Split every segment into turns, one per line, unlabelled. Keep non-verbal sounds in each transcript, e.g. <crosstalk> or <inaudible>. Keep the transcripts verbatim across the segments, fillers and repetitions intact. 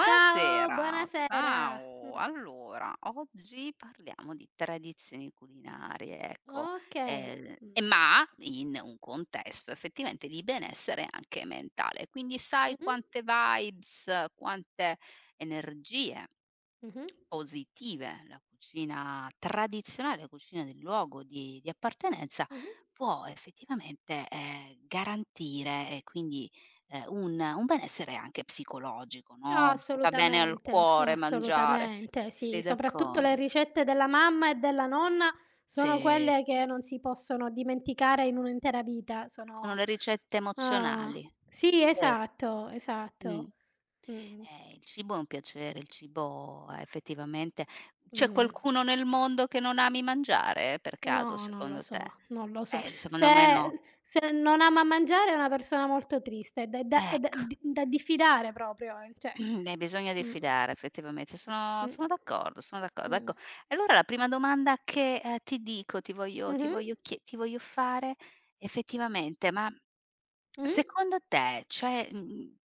Ciao, buonasera. Mh,
ciao. Allora, oggi parliamo di tradizioni culinarie, ecco,
okay.
ehm,
Mh.
e ma in un contesto effettivamente di benessere anche mentale. Quindi sai
Mh-mh.
quante vibes, quante energie
Mh-mh.
positive, la cucina tradizionale, la cucina del luogo di di appartenenza
Mh-mh.
può effettivamente, ehm, garantire e quindi, ehm, un un benessere anche psicologico, no, ci fa bene al
Assolutamente, no,
cuore mangiare.
assolutamente, sì.
Sei
Soprattutto le
d'accordo?
ricette della mamma e della nonna sono
Sì,
quelle che non si possono dimenticare in un'intera vita,
sono
sono
le ricette
ah,
emozionali.
sì,
Vero.
esatto,
Mh.
esatto. Mh.
Eh, il cibo è un piacere, il cibo eh, effettivamente c'è
Mh.
qualcuno nel mondo che non ami mangiare per caso
No, non lo
secondo te?
so, non lo so.
Eh, secondo me no.
Se se non ama mangiare è una persona molto triste, è da è da è da
Ecco,
di da diffidare proprio, eh, cioè.
<clears throat> hai bisogno di
Mh,
fidare effettivamente, sono
mh.
sono d'accordo, sono d'accordo.
Mh.
Ecco, e allora la prima domanda che, ehm, ti dico, ti voglio ti
Mh-mh.
voglio chie ti voglio fare effettivamente, ma
Mh.
secondo te, cioè, mhmm,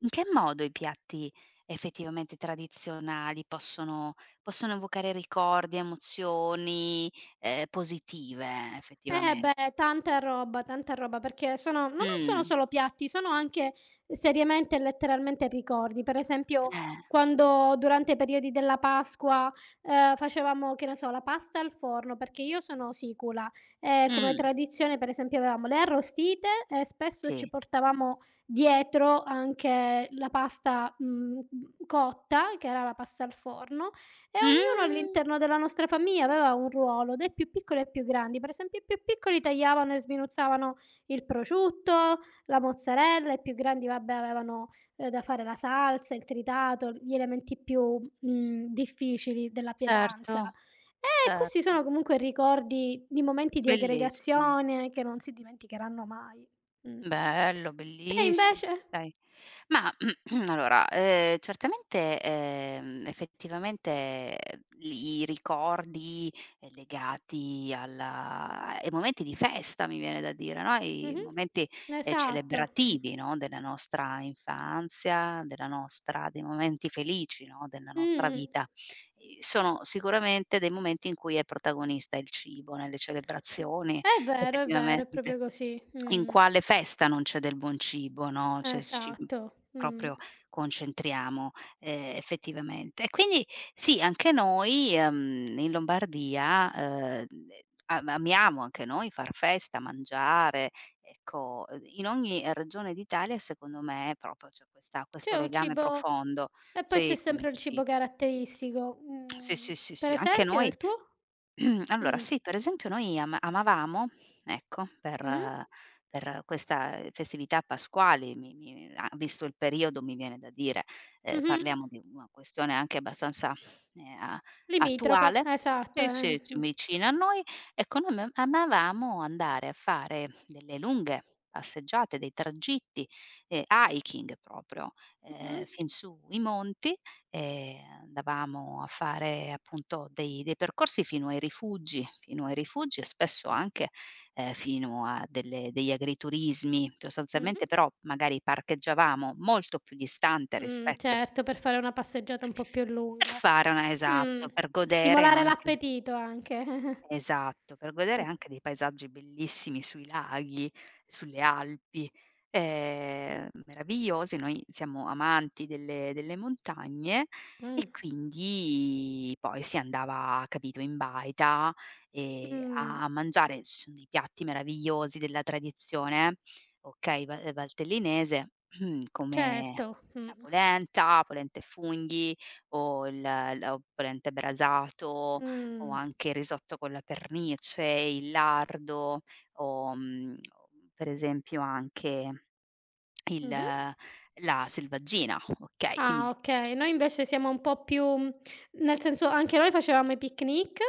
in che modo i piatti effettivamente tradizionali possono possono evocare ricordi, emozioni, ehm, positive
Eh
effettivamen
beh, tanta roba, tanta roba, perché sono ma non sono
mh,
solo piatti, sono anche eh, seriamente e letteralmente ricordi. Per esempio,
eh,
quando durante i periodi della Pasqua, ehm, facevamo, che ne so, la pasta al forno, perché io sono sicula, e come
mh,
tradizione per esempio avevamo le arrostite e spesso ci
sì.
portavamo dietro anche la pasta, mhmm, cotta, che era la pasta al forno, e ognuno
Mh,
all'interno della nostra famiglia aveva un ruolo, dai più piccoli ai più grandi. Per esempio i più piccoli tagliavano e sminuzzavano il prosciutto, la mozzarella, i più grandi vabbè avevano, ehm, da fare la salsa, il tritato, gli elementi più, mhmm, difficili della pietanza.
certo,
E questi
certo.
sono comunque ricordi di momenti di
Bellissimi.
aggregazione che non si dimenticheranno mai. Mh.
Bello,
Te
bellissimo,
invece?
dai. Ma <clears throat> allora, ehm, certamente, ehm, effettivamente, ehm, i ricordi, ehm, legati alla ai momenti di festa, mi viene da dire, no, i
Mh-mh.
momenti, ehm,
Esatto. Mh.
celebrativi, no, della nostra infanzia, della nostra dei momenti felici, no, della nostra
Mh-mh.
vita, ehm, sono sicuramente dei momenti in cui è protagonista il cibo, nelle celebrazioni,
È vero, è vero, è
effettivamente.
proprio così.
In
Mh.
quale festa non c'è del buon cibo, no, cioè ci mhmm,
Esatto. Mh.
proprio concentriamo, ehm, effettivamente. E quindi sì, anche noi, ehm, in Lombardia, ehm, am amiamo anche noi far festa, mangiare, ecco, ehm, in ogni regione d'Italia secondo me proprio c'è questa
C'è
questo
un
legame
cibo
profondo
e poi c'è
sì, con il
sempre un cibo
ci
caratteristico.
sì,
Mhmm,
sì, sì,
per
sì, anche
esempio
noi
nel tuo?
<clears throat> allora
Mh.
sì, per esempio noi ama amavamo, ecco, per
Mh.
eh, per questa festività pasquale, mi mi a visto il periodo mi viene da dire, ehm,
Mh-mh.
parliamo di una questione anche abbastanza, ehm, a
Limitrofa,
attuale
esatto,
sì,
eh.
sì, c
Mh.
vicina a noi, ecco noi ama amavamo andare a fare delle lunghe passeggiate, dei tragitti, ehm, hiking proprio,
Mh-mh.
ehm, fin su i monti. Ehm, Andavamo a fare appunto dei dei percorsi fino ai rifugi, fino ai rifugi e spesso anche, ehm, fino a delle degli agriturismi,
Mh-mh.
sostanzialmente però magari parcheggiavamo molto più distante
Mh,
rispetto
certo, per fare una passeggiata un po' più
per
lunga.
fare una
Mh.
esatto, per godere
Stimolare
anche
l'appetito anche.
esatto, per
<laughs>
godere
Mh.
anche dei paesaggi bellissimi sui laghi, sulle Alpi, ehm, meravigliosi. Noi siamo amanti delle delle montagne e
Mh.
quindi poi si andava, capito, in baita, ehm,
Mh.
a mangiare ci sono dei piatti meravigliosi della tradizione, okay, va eh, valtellinese, <clears throat> come
Certo. Mh.
la polenta, polenta e funghi o il la polenta e brasato o
Mh.
anche il risotto con la pernice, il lardo o, mhmm, per esempio anche il
Mh-mh.
la selvaggina, okay, quindi
Ah,
d
okay. Noi invece siamo un po' più mm, nel senso anche noi facevamo i picnic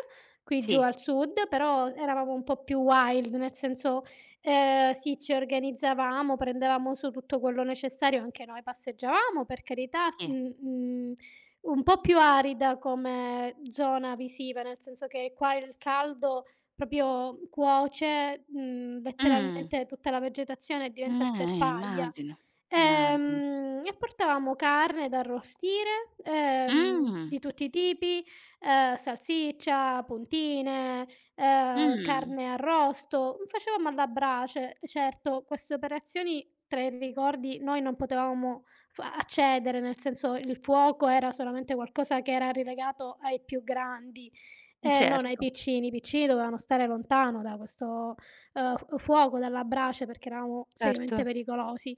qui giù
sì,
al sud, però eravamo un po' più wild, nel senso, ehm, sì, ci organizzavamo, prendevamo su tutto quello necessario, anche noi passeggiavamo per carità, s
sì.
mhmm, mhmm, un po' più arida come zona visiva, nel senso che qua il caldo proprio cuoce, mhmm,
Mh.
letteralmente tutta la vegetazione e diventa
Eh,
sterpaglia.
immagino, immagino.
Ehm, e portavamo carne da arrostire, ehm,
Mh,
di tutti i tipi, ehm, salsiccia, puntine, ehm,
mh.
carne arrosto, facevamo alla brace. Certo, queste operazioni, tra i ricordi, noi non potevamo f accedere, nel senso il fuoco era solamente qualcosa che era relegato ai più grandi e non ai
Certo,
piccini. I piccini dovevano stare lontano da questo, ehm, f fuoco, dalla brace perché eravamo seriamente
certo.
pericolosi.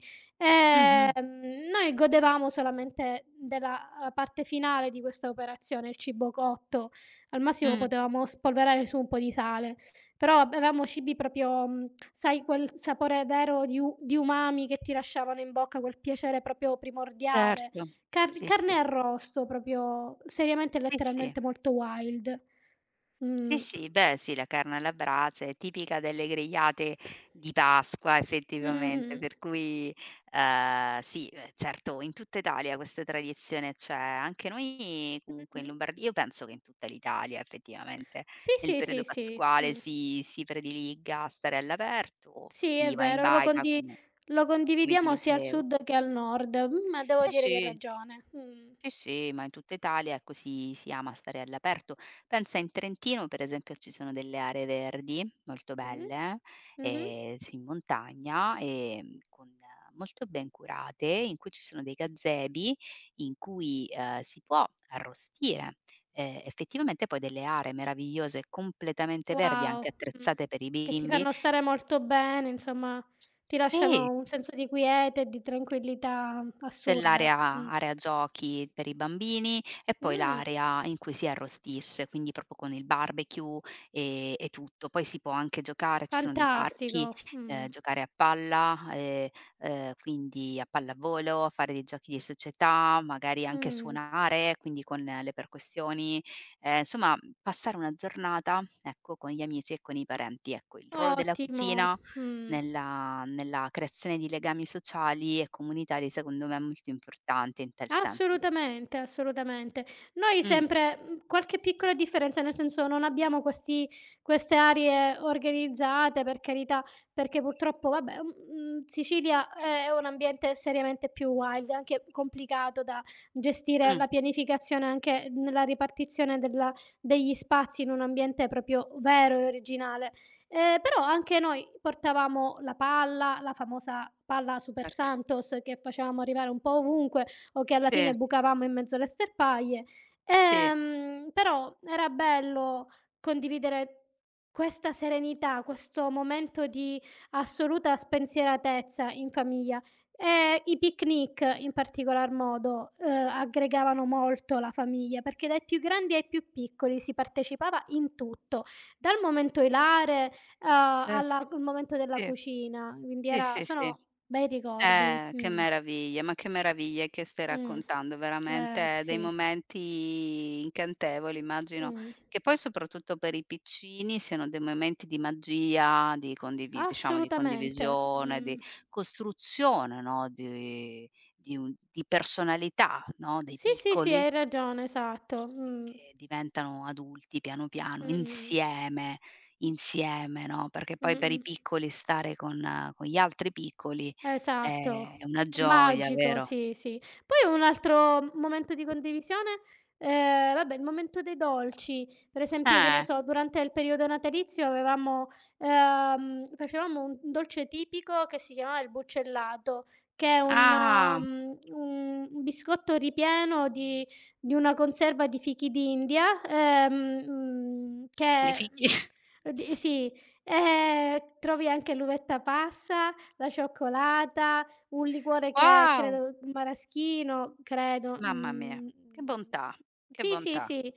Mh-mh.
Ehm, noi godevamo solamente della, uhm, parte finale di questa operazione, il cibo cotto. Al massimo
Mh.
potevamo spolverare su un po' di sale, però avevamo cibi proprio, mhmm, sai quel sapore vero di u di umami che ti lasciavano in bocca, quel piacere proprio primordiale.
Certo.
Car
Sì,
carne
sì.
arrosto proprio seriamente e
Sì, sì.
letteralmente molto wild.
Sì,
Mh.
sì, beh sì, la carne alla brace è tipica delle grigliate di Pasqua effettivamente,
Mh-mh.
per cui, ehm, sì, ehm, certo in tutta Italia questa tradizione c'è. Anche noi comunque in
Mh-mh.
Lombardia io penso che in tutta l'Italia effettivamente
Sì,
nel
sì,
periodo
sì, sì.
pasquale
Mh.
si si prediliga a stare all'aperto,
Sì, è
chi va in
vero, lo
baita
condi
come
lo
come ti
condividiamo sia al
dicevo.
sud che al nord, mm, ma devo
Sì,
dire che hai
sì.
ragione. Mh.
Sì, sì, ma in tutta Italia, ecco, si si ama stare all'aperto. Pensa in Trentino, per esempio, ci sono delle aree verdi molto
Mh-mh.
belle,
Mh-mh.
ehm, s in montagna, ehm, con eh, molto ben curate, in cui ci sono dei gazebi in cui, ehm, si può arrostire, ehm, effettivamente poi delle aree meravigliose, completamente verdi,
Wow.
anche
Mh.
attrezzate per i
Che ti
bimbi.
fanno stare molto bene, insomma, ti
Sì.
lasciano un senso di quiete e di tranquillità
C'è
assurda. Mh.
l'area area giochi per i bambini e poi
Mh.
l'area in cui si arrostisce, quindi proprio con il barbecue, ehm, e tutto. Poi si può anche giocare, ci sono dei parchi,
Fantastico.
ehm,
Mh.
giocare a palla, ehm, ehm, quindi a pallavolo, a fare dei giochi di società, magari anche
Mh.
suonare, quindi con eh, le percussioni, ehm, insomma passare una giornata, ecco, con gli amici e con i parenti. Ecco, il ruolo della
Ottimo.
cucina
Mh.
nella nella creazione di legami sociali e comunitari secondo me è molto importante in tal senso.
Assolutamente, assolutamente. Noi
Mh,
sempre, mhmm, qualche piccola differenza, nel senso non abbiamo questi queste aree organizzate, per carità, perché purtroppo vabbè, mhmm, Sicilia è un ambiente seriamente più wild, è anche complicato da gestire
mh,
la pianificazione anche nella ripartizione della degli spazi in un ambiente proprio vero e originale. Ehm, però anche noi portavamo la palla, la famosa palla Super
certo.
Santos che facevamo arrivare un po' ovunque, o che alla
Sì,
fine bucavamo in mezzo alle sterpaie.
sì,
Ehm, però era bello condividere questa serenità, questo momento di assoluta spensieratezza in famiglia. E i picnic in particolar modo, uhm, aggregavano molto la famiglia, perché dai più grandi ai più piccoli si partecipava in tutto, dal momento ilare, uhm, alla
certo.
al momento della
Sì,
cucina, quindi
sì,
era
sì,
sono
sì.
bei ricordi,
Eh, che
mh.
meraviglia, ma che meraviglie che stai
Mh.
raccontando,
Eh,
veramente dei
sì.
momenti incantevoli, immagino
Mh.
che poi soprattutto per i piccini siano dei momenti di magia, di condivi diciamo di
Assolutamente.
condivisione, di
Mh.
costruzione, no, di di un di personalità, no, dei
Sì, sì, sì,
piccoli,
hai ragione, esatto. Mh.
che diventano adulti piano piano,
Mh-mh.
insieme, insieme, no, perché poi per
Mh-mh.
i piccoli stare con eh, con gli altri piccoli
Esatto,
eh, è una gioia,
magico,
vero?
sì, sì. Poi un altro momento di condivisione, ehm, vabbè il momento dei dolci, per esempio che ne
Eh,
so, durante il periodo natalizio avevamo ehm, facevamo un dolce tipico che si chiamava il buccellato, che è un
ah,
mhmm, un biscotto ripieno di di una conserva di fichi d'India, ehm, mhmm,
i
che,
figli <laughs>
mhmm, di sì, ehm, trovi anche l'uvetta passa, la cioccolata, un liquore che
wow,
credo maraschino, credo,
mamma mia,
mhmm,
che bontà, che
sì, sì,
bontà.
sì. E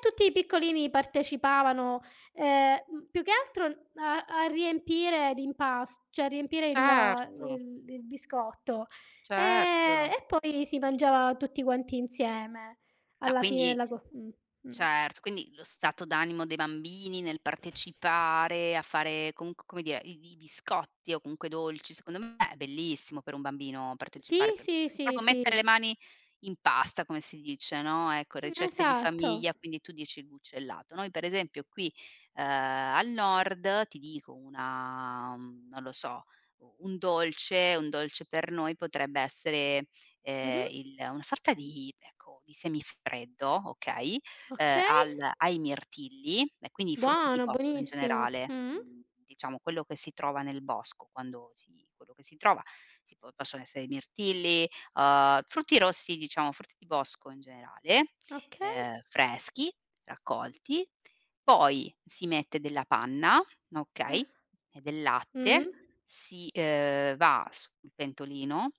tutti i piccolini partecipavano, ehm, mhmm, più che altro a a riempire l'impas cioè a riempire il
Certo,
il il biscotto, ehm,
certo.
e poi si mangiava tutti quanti insieme
No,
alla fine
quindi
della co mh, mh.
certo, quindi lo stato d'animo dei bambini nel partecipare, a fare comunque, come dire, i i biscotti o comunque dolci, secondo me è bellissimo per un bambino partecipare,
Sì,
p
sì, sì,
proprio mettere
sì.
le mani in pasta, come si dice, no, ecco, ricette di
Esatto.
famiglia, quindi tu dici il buccellato. Noi per esempio qui, ehm, al nord, ti dico una mhmm, non lo so, u un dolce un dolce per noi potrebbe essere, ehm,
Mh-mh.
il una sorta di ecco, di semifreddo, okay, ehm,
Okay.
al ai mirtilli e quindi i frutti di
Buono,
bosco in
buonissimo.
generale,
Mh.
mhmm, diciamo quello che si trova nel bosco quando si quello che si trova, si po possono essere i mirtilli, uhm, frutti rossi diciamo, frutti di bosco in generale,
Okay.
ehm, freschi, raccolti, poi si mette della panna, okay,
Ah.
e del
Mh.
latte, si, ehm, va sul pentolino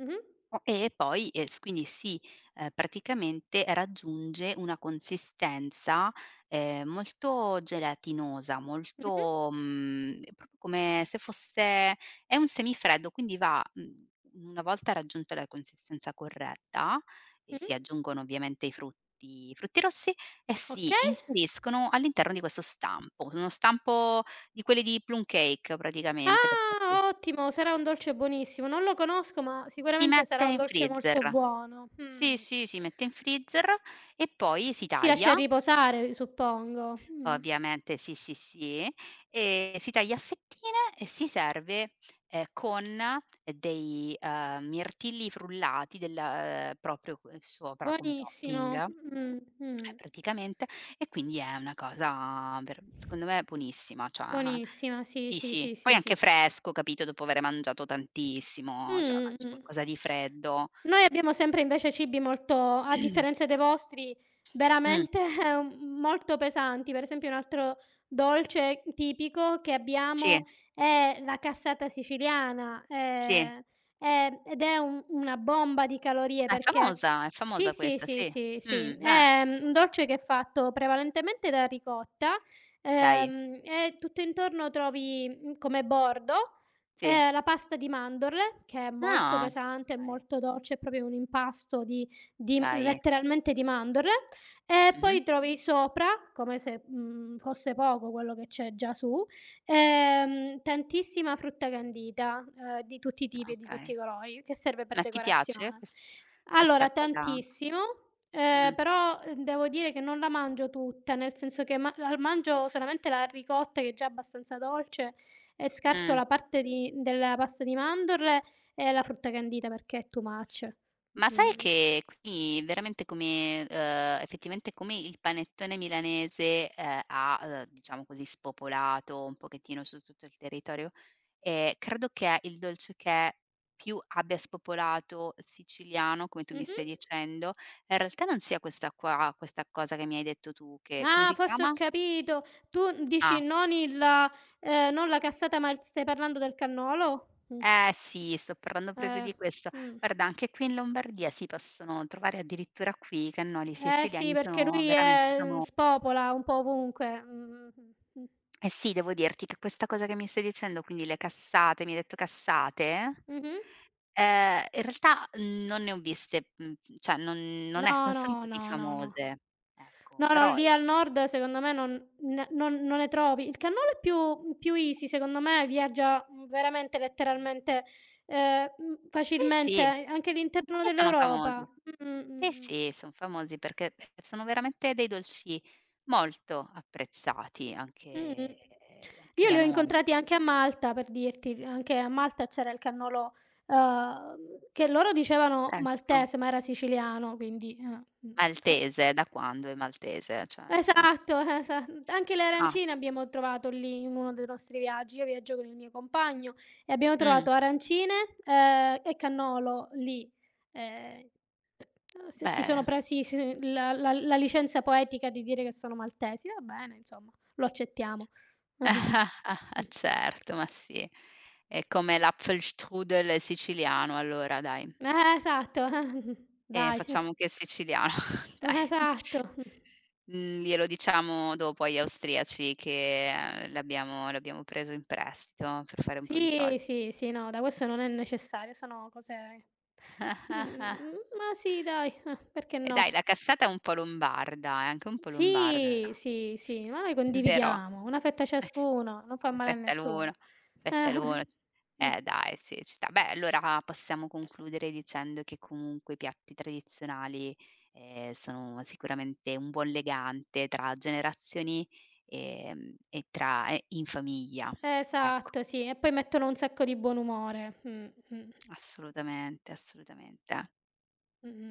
Mh-mh.
o e poi, ehm, s quindi si, ehm, praticamente raggiunge una consistenza, ehm, molto gelatinosa,
Mh-mh.
molto, mhmm, proprio come se fosse è un semifreddo, quindi va mhmm, una volta raggiunta la consistenza corretta e
Mh.
si aggiungono ovviamente i frutti i frutti rossi e si
Okay.
inseriscono all'interno di questo stampo, uno stampo di quelli di plum cake praticamente per farti
Ah, ottimo, sarà un dolce buonissimo. Non lo conosco, ma
si
sicuramente
mette
sarà un
in
dolce molto
freezer.
buono.
Sì,
Mh.
sì, si mette in freezer e poi si
Si
taglia,
lascia riposare, suppongo. Mh.
ovviamente sì, sì, sì, e si taglia a fettine e si serve, ehm, con eh, dei, ehm, mirtilli frullati del ehm, proprio c sopra come
Buonissimo.
topping,
Mh,
eh,
mh.
praticamente, e quindi è una cosa ver secondo me buonissima, cioè
Buonissima, sì,
sì,
sì,
sì.
sì,
Poi
sì, sì.
anche fresco, capito, dopo avere mangiato tantissimo, cioè
Mh,
mangi
mh.
qualcosa di freddo.
Noi abbiamo sempre invece cibi molto a differenza dei
<clears throat>
vostri,
Mh,
veramente <laughs> molto pesanti. Per esempio un altro dolce tipico che abbiamo
sì,
è la cassata siciliana,
sì.
ehm, ehm, ed è un una bomba di calorie
Ah, è
perché
famosa, è
sì,
famosa
sì,
questa,
sì,
sì.
sì, sì,
Mh, ah,
è mhmm, un dolce che è fatto prevalentemente da ricotta,
okay,
ehm, e tutto intorno trovi, mhmm, come bordo.
sì.
Ehm, la pasta di mandorle, che è molto
Ah,
pesante, è
okay,
molto dolce, è proprio un impasto di di m
okay.
letteralmente di mandorle, e
Mh-mh,
poi trovi sopra, come se, mhmm, fosse poco quello che c'è già su, ehm, tantissima frutta candita, ehm, di tutti i tipi e di tutti
okay.
i colori, che serve per
Ma ti piace
decorazione.
ques questa
Allora,
cosa?
tantissimo, ehm,
Mh,
però, uhm, devo dire che non la mangio tutta, nel senso che ma la mangio solamente la ricotta che è già abbastanza dolce e scarto
mh.
la parte di della pasta di mandorle e la frutta candita perché è too much.
Ma sai
Mh.
che qui veramente come ehm, effettivamente come il panettone milanese, ehm, ha, ehm, diciamo così, spopolato un pochettino su tutto il territorio, ehm, credo che il dolce che più abbia spopolato siciliano, come tu mi
Mh-mh.
stai dicendo, in realtà non sia questa qua questa cosa che mi hai detto tu che come
Ah,
si
forse ho
chiama?
capito. Tu dici
Ah,
non il ehm, non la cassata, ma il stai parlando del cannolo? Mh.
eh sì, sto parlando proprio
Eh.
di questo.
Mh.
Guarda, anche qui in Lombardia si possono trovare addirittura qui, i cannoli
Eh sì,
siciliani
perché
sono
lui
veramente
è mm,
famo
spopola un po' ovunque. Mh, mh, mh.
eh sì, devo dirti che questa cosa che mi stai dicendo, quindi le cassate, mi hai detto cassate?
Mh-mh.
Ehm, in realtà non ne ho viste, mhmm, cioè non non è non
No,
sono
no,
così
no, no, no.
famose, ecco,
No, no,
però
lì
i
al nord secondo me non n non non ne trovi. Il cannolo è più più easy secondo me, viaggia, mhmm, veramente letteralmente, ehm, mhmm,
eh
facilmente
sì,
anche all'interno
perché sono famosi.
dell'Europa. Mh-mh,
Eh
mh-mh,
sì, son famosi perché sono veramente dei dolci molto apprezzati anche
mh-mh.
anche
Io li
da
ho
noi.
incontrati anche a Malta per dirti, anche a Malta c'era il cannolo, uhm, che loro dicevano
Pazzesco.
maltese, ma era siciliano, quindi, eh, mh, poi
Maltese, da quando è maltese? Cioè nel senso
Esatto, <laughs> esa anche le
ah,
arancine abbiamo trovato lì in uno dei nostri viaggi. Io viaggio con il mio compagno e abbiamo
mh,
trovato arancine, ehm, e cannolo lì. Ehm, s si sono
beh
presi s la la la licenza poetica di dire che sono maltesi. Va bene, insomma, lo accettiamo. <laughs> Mh.
<laughs> certo, ma sì. È come l'Apfelstrudel siciliano allora dai.
Eh, esatto. <laughs>
E
Dai.
facciamo che è siciliano, <laughs> dai.
Esatto.
Mhmm, Glielo diciamo dopo agli austriaci che, ehm, l'abbiamo l'abbiamo preso in prestito per fare un po' di
Sì,
soldi.
sì, sì, no, da questo non è necessario, sono cose
<laughs>
mhmm, ma sì dai, eh, perché
E dai, la
no?
cassata è un po' lombarda, è anche un po' lombarda,
Sì, sì, sì, ma noi
<laughs> vero?
condividiamo, una fetta
Eh sì,
ciascuno, non fa male a
fetta l'uno,
nessuno.
fetta l'uno.
Eh-eh. Mh.
Eh dai, sì, ci sta. Beh, allora possiamo concludere dicendo che comunque i piatti tradizionali, ehm, sono sicuramente un buon legante tra generazioni, ehm, e tra e in famiglia.
<laughs>
Ecco,
Esatto, sì, e poi mettono un sacco di buon umore. Mh, mh,
assolutamente, assolutamente.
mh-mh.